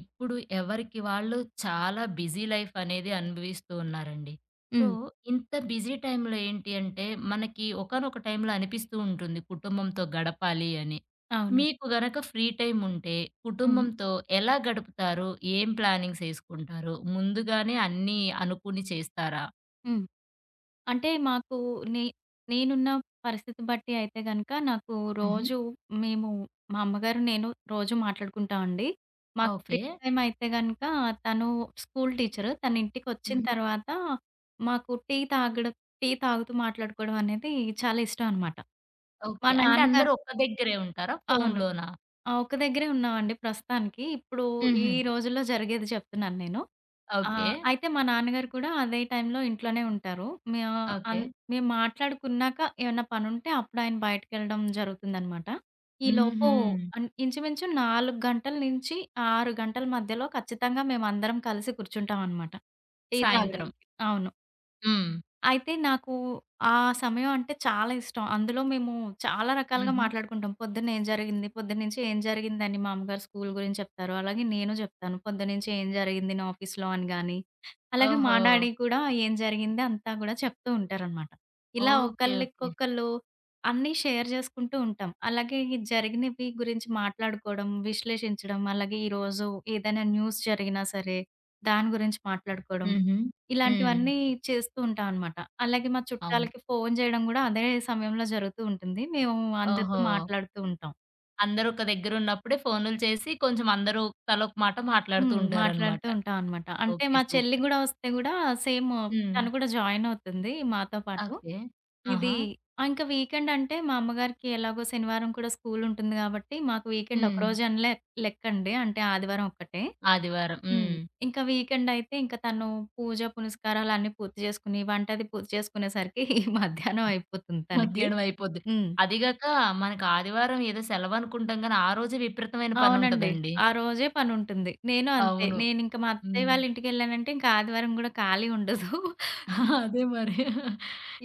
ఇప్పుడు ఎవరికి వాళ్ళు చాలా బిజీ లైఫ్ అనేది అనుభవిస్తూ ఉన్నారండి. సో, హ్మ్. ఇంత బిజీ టైమ్‌లో ఏంటి అంటే, మనకి ఒకానొక టైమ్‌లో అనిపిస్తూ ఉంటుంది కుటుంబంతో గడపాలి అని. అవును. మీకు గనక ఫ్రీ టైమ్ ఉంటే, హ్మ్. కుటుంబంతో ఎలా గడుపుతారు? ఏం ప్లానింగ్స్ ఏసుకుంటారు? ముందుగానే అన్నీ అనుకుని చేస్తారా? హ్మ్. అంటే మాకు నే నేనున్న పరిస్థితి బట్టి అయితే గనక నాకు హుహు. రోజు మేము మా అమ్మగారు నేను రోజు మాట్లాడుకుంటామండి. మాకు ఫ్రీ ఓకే. టైమ్ అయితే గనక తను స్కూల్ టీచరు. తను ఇంటికొచ్చిన హుహు. తర్వాత మాకు టీ తాగుతూ మాట్లాడుకోవడం అనేది చాలా ఇష్టం అనమాట. మా ఓకే. అంటే అందరూ నాన్నగారు ఒక్క దగ్గరే ఉంటారా? అవును. ఫోనులోనా? ఆ, ఒక్క దగ్గరే ఉన్నామండి ప్రస్తుతానికి. ఇప్పుడు ఈ హుహు. రోజుల్లో జరిగేది చెప్తున్నాను నేను. ఆ! ఓకే. అయితే మా నాన్నగారు కూడా అదే టైంలో ఇంట్లోనే ఉంటారు. మే ఓకే. అన్ మేము మాట్లాడుకున్నాక ఏమన్నా పనుంటే అప్పుడు ఆయన బయటికెళ్ళడం జరుగుతుందనమాట. ఈలోపు హుహు. ఇంచుమించు 4 గంటల నుంచి 6 గంటల మధ్యలో ఖచ్చితంగా మేమందరం కలిసి కూర్చుంటామనమాట టీ సాయంత్రం. తాగడానికి. అవును. హ్మ్. అయితే నాకు ఆ సమయం అంటే చాలా ఇష్టం. అందులో మేము చాలా రకాలుగా హుహు. మాట్లాడుకుంటాం. పొద్దున్న ఏం జరిగింది? పొద్దున్నుంచి ఏం జరిగిందని మా అమ్మగారు స్కూల్ గురించి చెప్తారు. అలాగే నేను చెప్తాను. పొద్దున్నుంచి ఏం జరిగింది నా ఆఫీస్‌లో అని గాని, అలాగే మా ఓహో! డాడీ కూడా ఏం జరిగింది అంతా గూడా చెప్తూ ఉంటారనమాట. ఇలా ఓకే. ఓకే. ఒకళ్ళకొకళ్ళు అన్నీ షేర్ చేసుకుంటూ ఉంటాం. అలాగే ఈ జరిగినవి గురించి మాట్లాడుకోవడం, విశ్లేషించడం, అలాగే ఈరోజు ఏదైనా న్యూస్ జరిగినా సరే దాని గురించి మాట్లాడుకోవడం. హుహు. హ్మ్. ఇలాంటివన్నీ చేస్తూ ఉంటామనమాట. అలాగే మా అవును. చుట్టాలకి ఫోను జేయడం గూడా అదే సమయంలో జరుగుతూ ఉంటుంది. మేము అందరితో ఓహో! మాట్లాడుతూ ఉంటాం. అందరూ ఒక దగ్గరున్నప్పుడే ఫోనులు చేసి కొంచెం అందరూ తలోక మాట మాట్లాడుతూ హ్మ్. ఉంటారనమాట. మాట్లాడుతూ ఉంటామనమాట. అంటే ఓకే. మా చెల్లి సూపర్. గూడా వస్తే గూడా సేమ్ హ్మ్. తను కూడా జాయిన్ అవుతుంది మాతో పాటు. ఓకే. ఆహా! ఇది ఇంకా వీకెండ్ అంటే మా అమ్మగారికి ఎలాగో శనివారం కూడా స్కూలుంటుంది గాబట్టి, మాకు వీకెండ్ హ్మ్. ఒకరోజు అని లెక్కండి. అంటే ఆదివారం ఒక్కటే. ఆదివారం. హ్మ్. హ్మ్. ఇంకా వీకెండయితే ఇంక తను పూజ, పునస్కారాలన్నీ పూర్తి చేసుకొని, వంటది పూర్తి చేసుకునేసరికి మధ్యాహ్నం అయిపోతుంది తనకి. మధ్యాహ్నం అయిపోద్ది. హ్మ్. అదిగాక మనకు ఆదివారం ఏదో సెలవనుకుంటాం గానీ, ఆ రోజే విపరీతమైన అవునండి. పనుంటదండి. ఆ రోజే పనుంటుంది. నేను అంతే. అవును. నేనింక మా అత్తయ్య హ్మ్. వాళ్ళ ఇంటికెళ్ళానంటే ఇంక ఆదివారం గూడా ఖాళీ ఉండదు. హ్మ్. అదే మరి.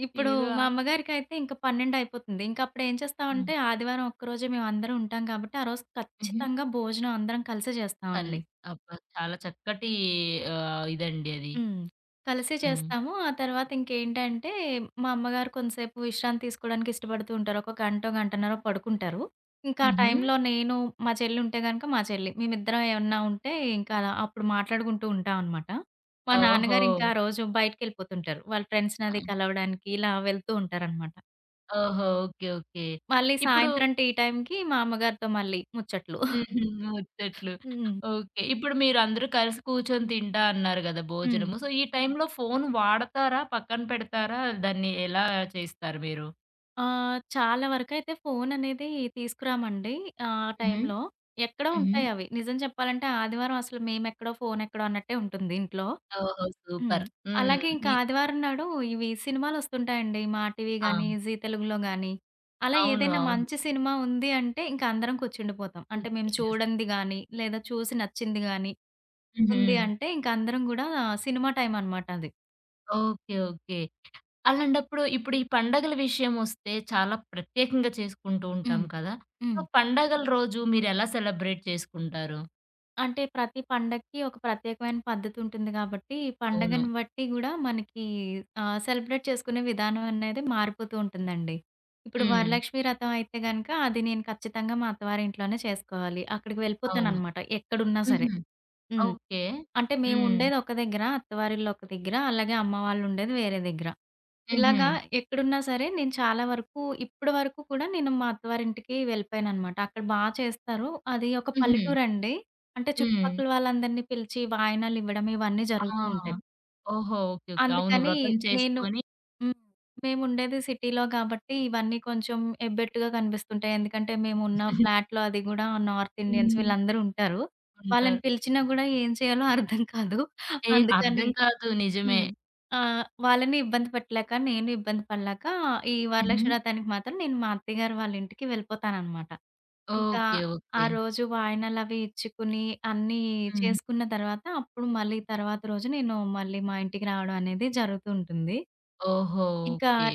ఇప్పుడు ఏదో ఆ మా అమ్మగారికైతే ఇంక 12 అయిపోతుంది. ఇంకప్పుడేం హ్మ్. చేస్తామంటే ఆదివారం ఒక్కరోజే మేమందరం ఉంటాం కాబట్టి, ఆ రోజు హుహు. ఖచ్చితంగా భోజనం అందరం కలిసే కల్ చేస్తామండి. అబ్బా! చాలా చక్కటి ఆహ్, ఇదండి అది. హ్మ్. కలిసే హ్మ్. చేస్తాము. ఆ తర్వాత ఇంకేంటంటే, మా అమ్మగారు కొంతసేపు విశ్రాంతి తీసుకోవడానికి ఇష్టపడుతూ ఉంటారు. ఒక గంటో, గంటన్నరో పడుకుంటారు. ఇంకా ఆ హుహు. టైంలో నేను, మా చెల్లి ఉంటే గనక మా చెల్లి. మేమిద్దరం ఏమన్నా ఉంటే ఇంకా అలా అప్పుడు మాట్లాడుకుంటూ ఉంటాం అనమాట. మా ఓహో! నాన్నగారు ఇంకా ఆ రోజు బయటికెళ్ళిపోతుంటారు. వాళ్ళ ఫ్రెండ్స్‌ని ఆ! అది కలవడానికి ఇలా వెళ్తూ ఉంటారనమాట. ఓహో! ఓకే. ఓకే. మళ్ళీ ఇప్పుడు సాయంత్రం టీ టైంకి మా అమ్మగారితో మళ్ళీ ముచ్చట్లు. హుహు. ముచ్చట్లు. హ్మ్. ఓకే. ఇప్పుడు మీరందరూ కలిసి కూర్చొని తింటా అన్నారు గదా! హ్మ్. భోజనము. సో, ఈ టైంలో ఫోను వాడతారా? పక్కన పెడతారా? దాన్ని ఎలా చేస్తారు మీరు? చాలా వరకైతే ఫోననేది తీసుకురామండి ఆ హుహు. టైంలో. ఎక్కడో హుహు. ఉంటాయవి. నిజం చెప్పాలంటే ఆదివారం అసలు మేమెక్కడో, ఫోనెక్కడో అన్నట్టే ఉంటుంది ఇంట్లో. ఓహో! హ్మ్. సూపర్. హ్మ్. అలాగే ఇంకా ఈ ఆదివారం నాడు ఇవి సినిమాలొస్తుంటాయండి. మా టీవీ ఆ! గానీ, జీ తెలుగులో గానీ, అలా అవును. ఏదైనా అవును. మంచి సినిమా ఉంది అంటే ఇంక అందరం కూర్చుండిపోతాం. అంటే మేము కూర్చొని చూస్ చూడంది గానీ, లేదా చూసి నచ్చింది గానీ హుహు. ఉంది అంటే ఇంక అందరం గూడా సినిమా టైమనమాట అది. ఓకే. ఓకే. అలాంటప్పుడు ఇప్పుడు ఈ పండగల విషయమొస్తే చాలా ప్రత్యేకంగా చేసుకుంటూ ఉంటాం హ్మ్. కదా! సో, హ్మ్. పండగల రోజు మీరెలా సెలబ్రేట్ చేసుకుంటారు? అంటే ప్రతి పండక్కి ఒక ప్రత్యేకమైన పద్ధతుంటుంది గాబట్టి, అవును. పండగను బట్టి గూడా మనకి సెలబ్రేట్ చేసుకునే విధానం అనేది మారిపోతూ ఉంటుందండి. ఇప్పుడు హ్మ్. వరలక్ష్మి వ్రతం అయితే గనక అది నేను ఖచ్చితంగా మా అత్తవారింట్లోనే చేసుకోవాలి. అక్కడికి అవును. వెళ్ళిపోతాననమాట ఎక్కడున్నా సరే. హుహు. హ్మ్. ఓకే. అంటే హ్మ్. మేముండేది ఒక దగ్గర, అత్తవారిల్లు ఒక దగ్గర, అలాగే అమ్మ వాళ్ళుండేది వేరే దగ్గర. హుహు. ఇలాగా ఎక్కడున్నా సరే నేను చాలా వరకు ఇప్పటి వరకు కూడా నేను మా అత్తవారింటికి వెళ్ళిపోయాననమాట. అక్కడ బా చేస్తారు. అది ఒక హుహు. పల్లెటూరండి. అంటే హ్మ్. చుట్టుపక్కల వాళ్ళందరిని పిలిచి వాయినాలివ్వడం ఇవన్నీ జరుగుతూ ఆ! ఉంటాయి. ఓహో! ఓకే. ఓకే. అవును. అందుకని వ్రతం నేను చేసుకొని హ్మ్. మేముండేది సిటీలో కాబట్టి ఇవన్నీ కొంచెం ఎబ్బెట్టుగా కనిపిస్తుంటాయి. ఎందుకంటే మేమున్న ఫ్లాట్‌లో అది గూడా నార్త్ ఇండియన్స్ హ్మ్. వీళ్ళందరూ ఉంటారు. వాళ్ళని ఉంటారు. పిలిచినా గూడా ఏం చేయాలో అర్థం కాదు. ఏ అందుకని అర్థం కాదు. నిజమే. హ్మ్. వాళ్ళని ఇబ్బంది పెట్టలేక, నేను ఇబ్బంది పడలేక, ఈ హ్మ్. హుహు. వరలక్ష్మి వ్రతానికి మాత్రం నేను మా అత్తయ్య గారు వాళ్ళ ఇంటికి వెళ్ళిపోతాననమాట. ఇంకా ఓకే. ఆ ఓకే. రోజు వాయనాలవి ఇచ్చుకుని, అన్నీ హ్మ్. హ్మ్. చేసుకున్న తర్వాత, అప్పుడు మళ్ళీ తర్వాత రోజు నేను మళ్ళీ మా ఇంటికి రావడం అనేది జరుగుతూ ఉంటుంది. ఓహో! ఇంకా ఓకే.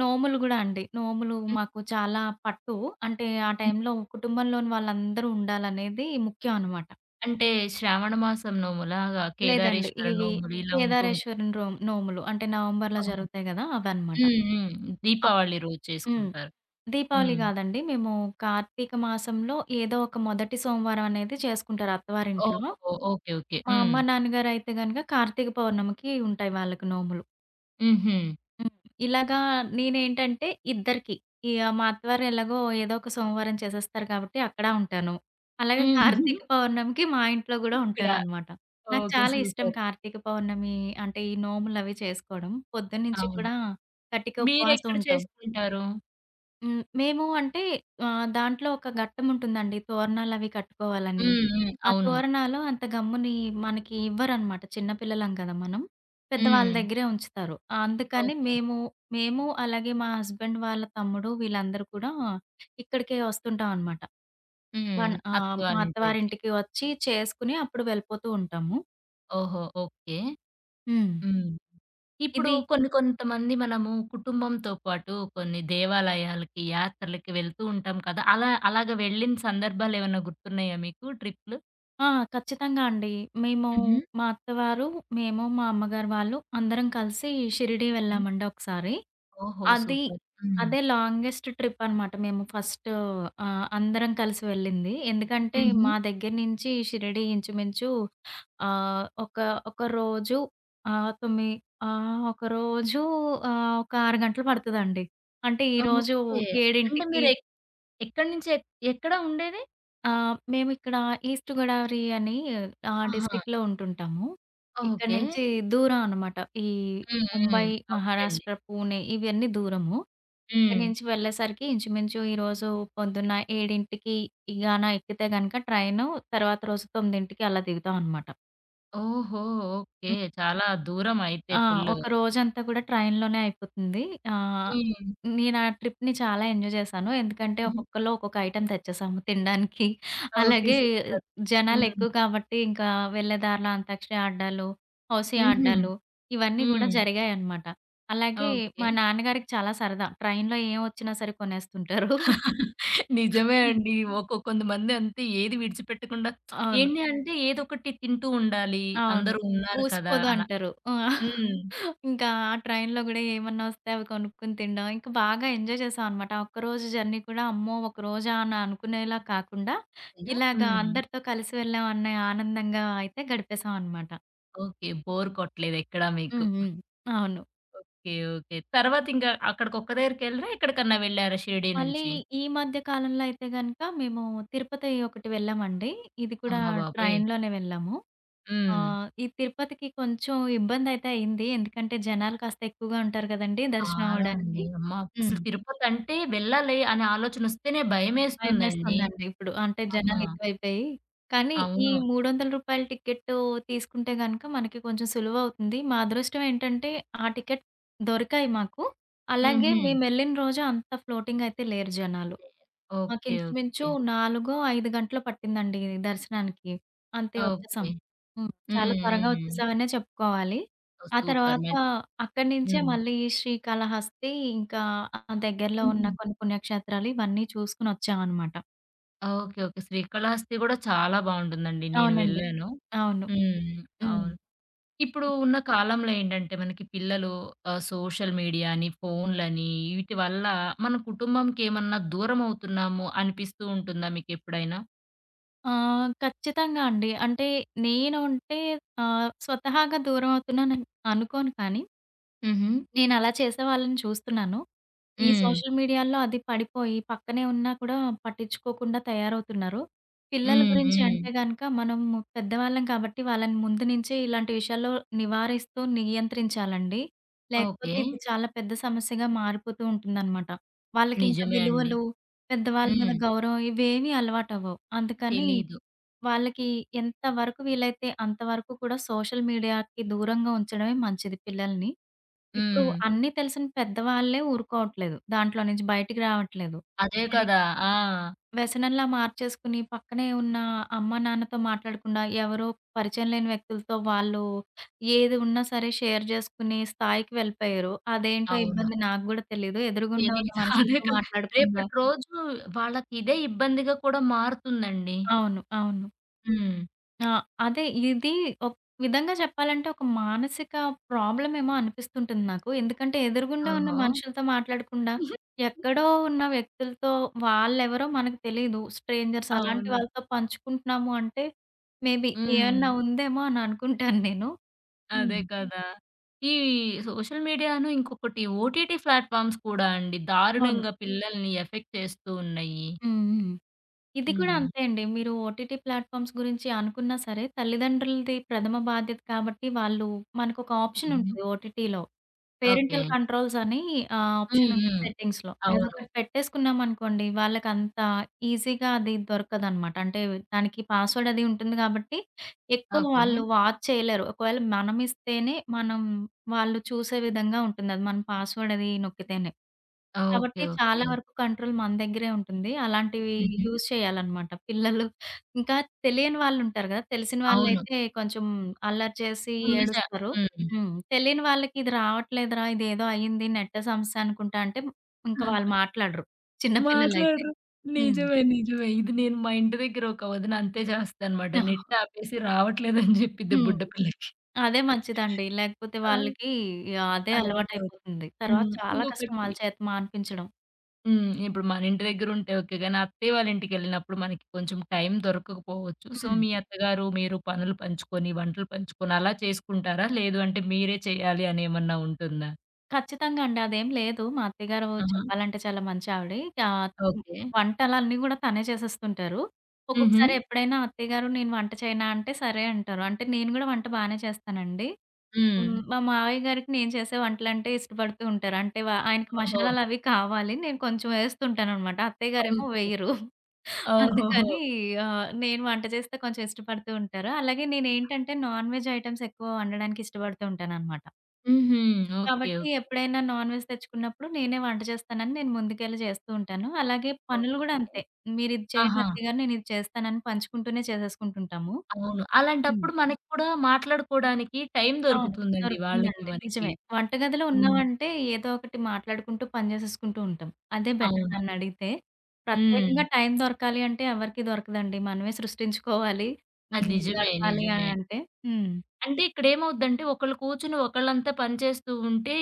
నోములు గూడా అండి. నోములు మాకు చాలా పట్టు. అంటే ఆ హ్మ్. టైంలో కుటుంబంలోని వాళ్ళందరూ ఉండాలనేది ముఖ్యం అనమాట. అంటే శ్రావణ మాసం నోములాగా లేదండి. కేదారేశ్వర ఇవి నోములు ఇలా ఉంటూ ఉంటుంది. కేదారేశ్వరుని రోమ్ నోములు అంటే నవంబర్‌లో ఓహో! జరుగుతాయి గదా! అవన్నమాట. హ్మ్. హ్మ్. అప్ దీపావళి రోజు హ్మ్. చేసుకుంటారు. దీపావళి హ్మ్. గాదండి. మేము కార్తీక మాసంలో ఏదో ఒక మొదటి సోమవారం అనేది చేసుకుంటారు అత్తవారింట్లో. ఓహో! ఓకే. ఓకే. మా హ్మ్. అమ్మ, నాన్నగారయితే గనక కార్తీక పౌర్ణమికి ఉంటాయి వాళ్ళకి నోములు. హుహు. హ్మ్. ఇలాగా నేనేంటంటే ఇద్దరికి మా అత్తవారు ఎలాగో ఏదో ఒక సోమవారం చేసేస్తారు కాబట్టి అక్కడా ఉంటాను. అలాగే హ్మ్. కార్తీక పౌర్ణమికి మా ఇంట్లో గూడా ఇక్కడ. ఉంటాననమాట. నాకు ఓకే. చాలా ఇష్టం సూపర్. కార్తీక పౌర్ణమి అంటే ఈ నోములవి చేసుకోవడం. పొద్దున్నుంచి అవును. కూడా కటిక ఉపవాసం మీరెక్కడ ఉంటాం. చేసుకుంటారు? హ్మ్. మేము అంటే దాంట్లో ఒక ఘట్టముంటుందండి తోరణాలవి కట్టుకోవాలని. హ్మ్. హ్మ్. ఆ అవును. తోరణాలు అంత గమ్ముని మనకి ఇవ్వరనమాట. చిన్న పిల్లలం గదా మనం. పెద్దవాళ్ళ హ్మ్. దగ్గరే ఉంచుతారు. అందుకని ఓకే. మేము అలాగే మా హస్బెండ్ వాళ్ళ తమ్ముడు వీళ్ళందరూ కూడా ఇక్కడికే వస్తుంటాం అనమాట. హ్మ్. అత్తయ్య మా వాళ్ళ ఇంటి దగ్గర. అత్తవారింటికి వచ్చి చేసుకుని అప్పుడు వెళ్ళిపోతూ ఉంటాము. ఓహో! ఓకే. హ్మ్. హ్మ్. ఇప్పుడు ఇది కొన్ని కొంతమంది మనము కుటుంబంతో పాటు కొన్ని దేవాలయాలకి, యాత్రలకి వెళ్తూ ఉంటాం కదా! అలా అలాగ వెళ్ళిన సందర్భాలేమన్నా గుర్తున్నాయా మీకు ట్రిప్‌లు? ఆ! ఖచ్చితంగా అండి. మేము హుహు. మా అత్తవారు, మేము, మా అమ్మగారు వాళ్ళు అందరం కలిసి షిరిడీ హ్మ్. వెళ్ళామండి ఒకసారి. ఓహో! అది సూపర్. హ్మ్. అదే లాంగెస్ట్ ట్రిప్ అనమాట మేము ఫస్ట్ అందరం కలిసి వెళ్ళింది. ఎందుకంటే హుహు. హ్మ్. మా దగ్గర నుంచి షిరిడీ ఇంచుమించు ఆహ్, ఒక ఒక రోజు ఆహ్, తొమ్మి ఆహ్, ఒక రోజు ఒక 6 గంటలు పడతదండి. అంటే ఈరోజు ఓకే. అంటే 7కి మీరు ఎక్ ఎక్కడి నుంచి ఎక్ ఎక్కడ ఉండేది? ఆ! మేమిక్కడ ఈస్ట్ గోదావరి అని ఆ ఆహా! డిస్ట్రిక్ట్‌లో ఉంటుంటాము. ఇక్కడి ఓకే. నుంచి దూరం అనమాట. ఈ హ్మ్. ముంబై, హ్మ్. అవునులెండి. మహారాష్ట్ర, పూణే ఇవన్నీ దూరము. ఇక్కడి హ్మ్. నుంచి వెళ్ళేసరికి ఇంచుమించు ఈరోజు పొద్దున్న 7కి గాన ఎక్కితే గనక ట్రైను తర్వాత రోజు 9కి అలా దిగుతాం అనమాట. ఓహో! ఓకే. చాలా దూరం అయితే ఆ! ఫుల్లు. ఒక రోజంతా కూడా ట్రైన్‌లోనే అయిపోతుంది. ఆహ్, హ్మ్. నేను ఆ ట్రిప్‌ని చాలా ఎంజాయ్ చేశాను. ఎందుకంటే ఒక్కొక్కళ్ళు ఒక్కొక్క ఐటెమ్ తెచ్చేసాము తినడానికి. ఓకే. అలాగే సూపర్. హ్మ్. జనాలెక్కువ కాబట్టి ఇంకా వెళ్ళే దారిలో అంతాక్షరి ఆడ్డాలు, హౌసీ హుహు. ఆడ్డాలు ఇవన్నీ కూడా హ్మ్. జరిగాయన్నమాట. అలాగే ఓకే. మా నాన్నగారికి చాలా సరదా. ట్రైన్‌లో ఏం వచ్చినా సరే కొనేస్తుంటారు. నిజమే అండి. ఒకొ కొంతమంది అంతే ఏది విడిచిపెట్టకుండా అవును. ఏంటి అంటే ఏదొకటి తింటూ ఉండాలి. అవును. అందరూ ఉన్నారు కదా! ఊసిపోదు అలా. అంటారు. ఆ! హ్మ్. ఇంకా ఆ ట్రైన్‌లో గూడా ఏమన్నా వస్తే అవి కొనుక్కొని తినడం. ఇంకా బాగా ఎంజాయ్ చేశామనమాట. ఆ ఒక్కరోజు జర్నీ కూడా అమ్మో! ఒకరోజా అని అనుకునేలా కాకుండా, ఇలాగా హ్మ్. అందరితో కలిసి వెళ్ళామనే ఆనందంగా అయితే గడిపేశామనమాట. ఓకే. బోర్ కొట్టలేదు ఎక్కడా మీకు. హ్మ్. హ్మ్. అవును. ఓకే. ఓకే. తర్వాత ఇంకా అక్కడికొక్క దగ్గరికెళ్లారా? ఎక్కడికన్నా వెళ్లారా షిరిడీ మళ్ళీ నుంచి? ఈ మధ్య కాలంలో అయితే గనక మేము తిరుపతి ఒకటి వెళ్ళామండి. ఇది కూడా అమ్మ బాబోయ్! ట్రైన్‌లోనే వెళ్ళాము. ఆ! హ్మ్. ఈ తిరుపతికి కొంచెం ఇబ్బందయితే అయింది. ఎందుకంటే జనాలు కాస్త ఎక్కువగా ఉంటారు గదండీ దర్శనం చాలా అండి. అవ్వడానికి. అమ్మ! అసలు హ్మ్. తిరుపతంటే వెళ్ళాలి అనే ఆలోచనొస్తేనే భయమేస్తుందండి. భయమేస్తుందండి ఇప్పుడు. అంటే ఆ! జనాలు ఎక్కువైపోయి. కానీ ఈ అవును. రూ. 300 టికెట్టు తీసుకుంటే గనక మనకి కొంచెం సులువవుతుంది. మా అదృష్టం ఏంటంటే ఆ టికెట్ దొరికాయి మాకు. అలాగే హుహు. మేమెళ్ళిన రోజు అంత ఫ్లోటింగయితే లేరు జనాలు. ఓకే. ఓకే. మాకించుమించు 4, 5 గంటలో పట్టిందండి దర్శనానికి. అంతే వచ్చేసాం. ఓకే. హ్మ్. చాలా హ్మ్. త్వరగా హ్మ్. వచ్చేసామనే చెప్పుకోవాలి. ఆ సూపర్! తర్వాత అక్కడి నించే హ్మ్. మళ్ళీ శ్రీకాళహస్తి, ఇంకా ఆ దగ్గరలో ఉన్న హ్మ్. కొన్ని పుణ్యక్షేత్రాలు ఇవన్నీ చూసుకొనొచ్చామనమాట. ఓకే. ఓకే. శ్రీకాళహస్తి గూడా చాలా బావుంటుందండి. నేను హ్మ్. అవునండి. వెళ్ళాను. అవును. హ్మ్. హ్మ్. అవును. ఇప్పుడు ఉన్న కాలంలో ఏంటంటే మనకి పిల్లలు ఆహ్, సోషల్ మీడియా అని, ఫోన్‌లని వీటి వల్ల మన కుటుంబంకేమన్నా దూరమవుతున్నాము అనిపిస్తూ ఉంటుందా మీకెప్పుడైనా? ఖచ్చితంగా అండి. అంటే నేను ఉంటే స్వతహాగా దూరమవుతున్నానని అనుకోను కానీ, హుహు. నేనలా చేసేవాళ్ళని చూస్తున్నాను. ఈ హ్మ్. సోషల్ మీడియాలో అది పడిపోయి పక్కనే ఉన్నా కూడా పట్టించుకోకుండా తయారవుతున్నారు. పిల్లల హ్మ్. గురించి హ్మ్. అంటే గనక మనం పెద్దవాళ్ళం కాబట్టి వాళ్ళని ముందు నుంచే ఇలాంటి విషయాల్లో నివారిస్తూ నియంత్రించాలండి. ఓకే. లేకపోతే ఇది చాలా పెద్ద సమస్యగా మారిపోతూ ఉంటుందనమాట. వాళ్ళకింక నిజమే అండి. విలువలు, పెద్దవాళ్ళ మీద హ్మ్. గౌరవం ఇవేమీ అలవాటవ్వవు. అందుకని తెలీదు. వాళ్ళకి ఎంత వరకు వీలైతే అంతవరకు కూడా సోషల్ మీడియాకి దూరంగా ఉంచడమే మంచిది పిల్లల్ని. ఇప్పుడు హ్మ్. అన్నీ తెలిసిన పెద్దవాళ్ళే ఊరుకోవట్లేదు. దాంట్లో నుంచి బయటికి రావట్లేదు. అదే అది. కదా! ఆ! వ్యసనంలా మార్చేసుకుని పక్కనే ఉన్న అమ్మ, నాన్నతో మాట్లాడకుండా ఎవరో పరిచయం లేని వ్యక్తులతో వాళ్ళు ఏది ఉన్నా సరే షేర్ చేసుకునే స్థాయికి వెళ్ళిపోయారు. అదేంటో అవును. ఇబ్బంది నాకు గూడా తెలీదు. ఎదురుగుండా తెలీదు. ఉన్న అదే మనుషులతో కదా! మాట్లాడకుండా రేపటి రోజు వాళ్ళకి ఇదే ఇబ్బందిగా కూడా మారుతుందండి. అవును. అవును. హ్మ్. ఆ! అదే ఇది ఒక విధంగా చెప్పాలంటే ఒక మానసిక ప్రాబ్లమ్ ఏమో అనిపిస్తుంటుంది నాకు. ఎందుకంటే ఎదురుగుండా ఉన్న ఓహో! మనుషులతో మాట్లాడకుండా, ఎక్కడో ఉన్న వ్యక్తులతో వాళ్ళెవరో మనకు తెలీదు. స్ట్రేంజర్స్ అలాంటి అవును. వాళ్ళతో పంచుకుంటున్నాము అంటే మేబీ హ్మ్. ఏమన్నా ఉందేమో అని అనుకుంటాను నేను. అదే హ్మ్. కదా! ఈ సోషల్ మీడియాను ఇంకొకటి ఓటీటీ ప్లాట్‌ఫార్మ్స్ కూడా అండి అవును. దారుణంగా పిల్లల్ని ఎఫెక్ట్ చేస్తూ ఉన్నాయి. హ్మ్. హ్మ్. ఇది కూడా హ్మ్. అంతే అండి. మీరు ఓటీటీ ప్లాట్‌ఫార్మ్స్ గురించి అనుకున్నా సరే తల్లిదండ్రులది ప్రథమ బాధ్యత కాబట్టి వాళ్ళు మనకొక ఆప్షన్ హుహు. ఉంటది ఓటీటీలో. ఓకే. పేరెంటల్ కంట్రోల్స్ అని ఆప్షన్ హ్మ్. ఉంటది హ్మ్. సెట్టింగ్స్‌లో. అవును. అదొకటి పెట్టేసుకున్నామనుకోండి, వాళ్ళకంత ఈజీగా అది దొరకదనమాట. అంటే దానికి పాస్‌వర్డ్ అది ఉంటుంది కాబట్టి, ఎక్కువ ఓకే. వాళ్ళు వాచ్ చేయలేరు. ఒకవేళ మనమిస్తేనే మనం వాళ్ళు చూసే విధంగా ఉంటుందది. మన పాస్‌వర్డ్ అది నొక్కితేనే. ఓకే. కాబట్టి చాలా ఓకే. వరకు కంట్రోల్ మన దగ్గరే ఉంటుంది. అలాంటివి హుహు. యూజ్ చేయాలనమాట. పిల్లలు ఇంకా తెలియని వాళ్ళుంటారు గదా! తెలిసిన అవును. వాళ్ళైతే కొంచెం అల్లరి చేసి ముందు జా ఏడుస్తారు. హ్మ్. హ్మ్. తెలియని వాళ్ళకి ఇది రావట్లేదురా, ఇదేదో అయింది నెట్ సమస్య అనుకుంటా అంటే ఇంకా వాళ్ళు మాట్లాడరు. చిన్న పిల్లలైతే. మాట్లాడరు. హ్మ్. నిజమే. నిజమే. ఇది నేను మా ఇంటి దగ్గర ఒక వదిన అంతే చేస్తదనమాట. నెట్ ఆపేసి రావట్లేదని జెప్పిద్ది హ్మ్. బుడ్డ పిల్లకి. అదే మంచిదండి. లేకపోతే ఆ! వాళ్ళకి అదే అలవాటవుద్ది. అలవాటయిపోతుంది. తర్వాత హ్మ్. చాలా కష్టం ఇంకొకటి వాళ్ళ చేత మానిపించడం. హ్మ్. ఇప్పుడు మన ఇంటి దగ్గరుంటే ఓకే. గానీ అత్తయ్య వాళ్ళ ఇంటికెళ్ళినప్పుడు మనకి కొంచెం టైం దొరకకపోవచ్చు. సో, హ్మ్. మీ అత్తగారు, మీరు పనులు పంచుకొని, వంటలు పంచుకొని అలా చేసుకుంటారా? లేదు అంటే మీరే చేయాలి అనేమన్నా ఉంటుందా? ఖచ్చితంగా అండి. అదేం లేదు. మా అత్తయ్యగారు ఆహా! చెప్పాలంటే చాలా మంచి ఆవిడే. ఆహ్, ఓకే. వంటలన్నీ గూడా తనే చేసేస్తుంటారు. హుహు. ఒక్కొక్కసారి ఎప్పుడైనా అత్తయ్యగారు నేను వంట చేయనా అంటే సరే అంటారు. అంటే నేను గూడా వంట బానే చేస్తానండి. హ్మ్. హ్మ్. మా మావయ్య గారికి నేను చేసే వంటలంటే ఇష్టపడుతూ ఉంటారు. అంటే ఆయనకి ఓహో! మసాలాలవి కావాలి. నేను కొంచెం వేస్తుంటాననమాట. అత్తయ్య గారేమో ఓకే. వేయరు. ఓహోహో! అందుకని నేను వంట చేస్తే కొంచెం ఇష్టపడుతూ ఉంటారు. అలాగే నేనేంటంటే నాన్ వెజ్ ఐటెమ్స్ ఎక్కువ వండడానికి ఇష్టపడుతూ ఉంటాననమాట. హుహు. ఓకే. కాబట్టి ఓకే. ఎప్పుడైనా నాన్‌వెజ్ తెచ్చుకున్నప్పుడు నేనే వంట చేస్తానని నేను ముందుకెళ్ళి చేస్తూ ఉంటాను. అలాగే పనులు గూడా ఓకే. అంతే. మీరిది చేయండి ఆహా! అత్తయ్య గారు నేనిది చేస్తానని పంచుకుంటూనే చేసేసుకుంటుంటాము. అవును. హ్మ్. అలాంటప్పుడు మనకి కూడా మాట్లాడుకోడానికి టైం అవును. దొరుకుతుందండి వాళ్ళకి, దొరుకుతుందండి. మనకి. నిజమే. వంటగదిలో హ్మ్. ఉన్నామంటే ఏదో ఒకటి మాట్లాడుకుంటూ పని చేసేసుకుంటూ ఉంటాం. అదే బెటర్ అవును. నన్నడిగితే. హ్మ్. ప్రత్యేకంగా టైం దొరకాలి అంటే ఎవరికీ దొరకదండి. మనమే సృష్టించుకోవాలి. అది హ్మ్. నిజమే. గడపాలి నిజమే. అని అంటే హ్మ్. అంటే ఇక్కడేమవుద్దంటే ఒకళ్ళు కూర్చొని ఒకళ్ళంతా పని చేస్తూ ఉంటే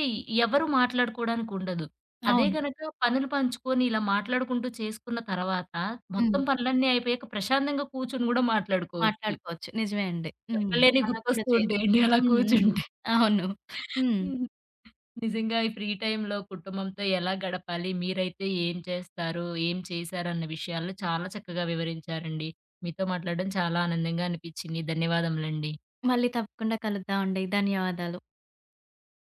ఎవరు మాట్లాడుకోవడానికి ఉండదు. అదే అవును. గనక పనులు పంచుకొని ఇలా మాట్లాడుకుంటూ చేసుకున్న తర్వాత మొత్తం హ్మ్. పనులన్నీ అయిపోయాక ప్రశాంతంగా కూర్చొని గూడా మాట్లాడుకోవచ్చు. మాట్లాడుకోవచ్చు. నిజమే అండి. హ్మ్. ఎక్కడలేనివి అలా కూడా గుర్తొస్తూ చేయొచ్చు. ఉంటాయండి అలా హ్మ్. హ్మ్. కూర్చుంటే. అవును. హ్మ్. హ్మ్. నిజంగా ఈ ఫ్రీ టైమ్‌లో కుటుంబంతో ఎలా గడపాలి? మీరైతే ఏం చేస్తారు? ఏం చేశారన్న విషయాలు చాలా చక్కగా వివరించారండి. మీతో మాట్లాడడం చాలా ఆనందంగా అనిపిచ్చింది. ధన్యవాదములండి. మళ్ళీ తప్పకుండా కలుద్దామండి. ధన్యవాదాలు.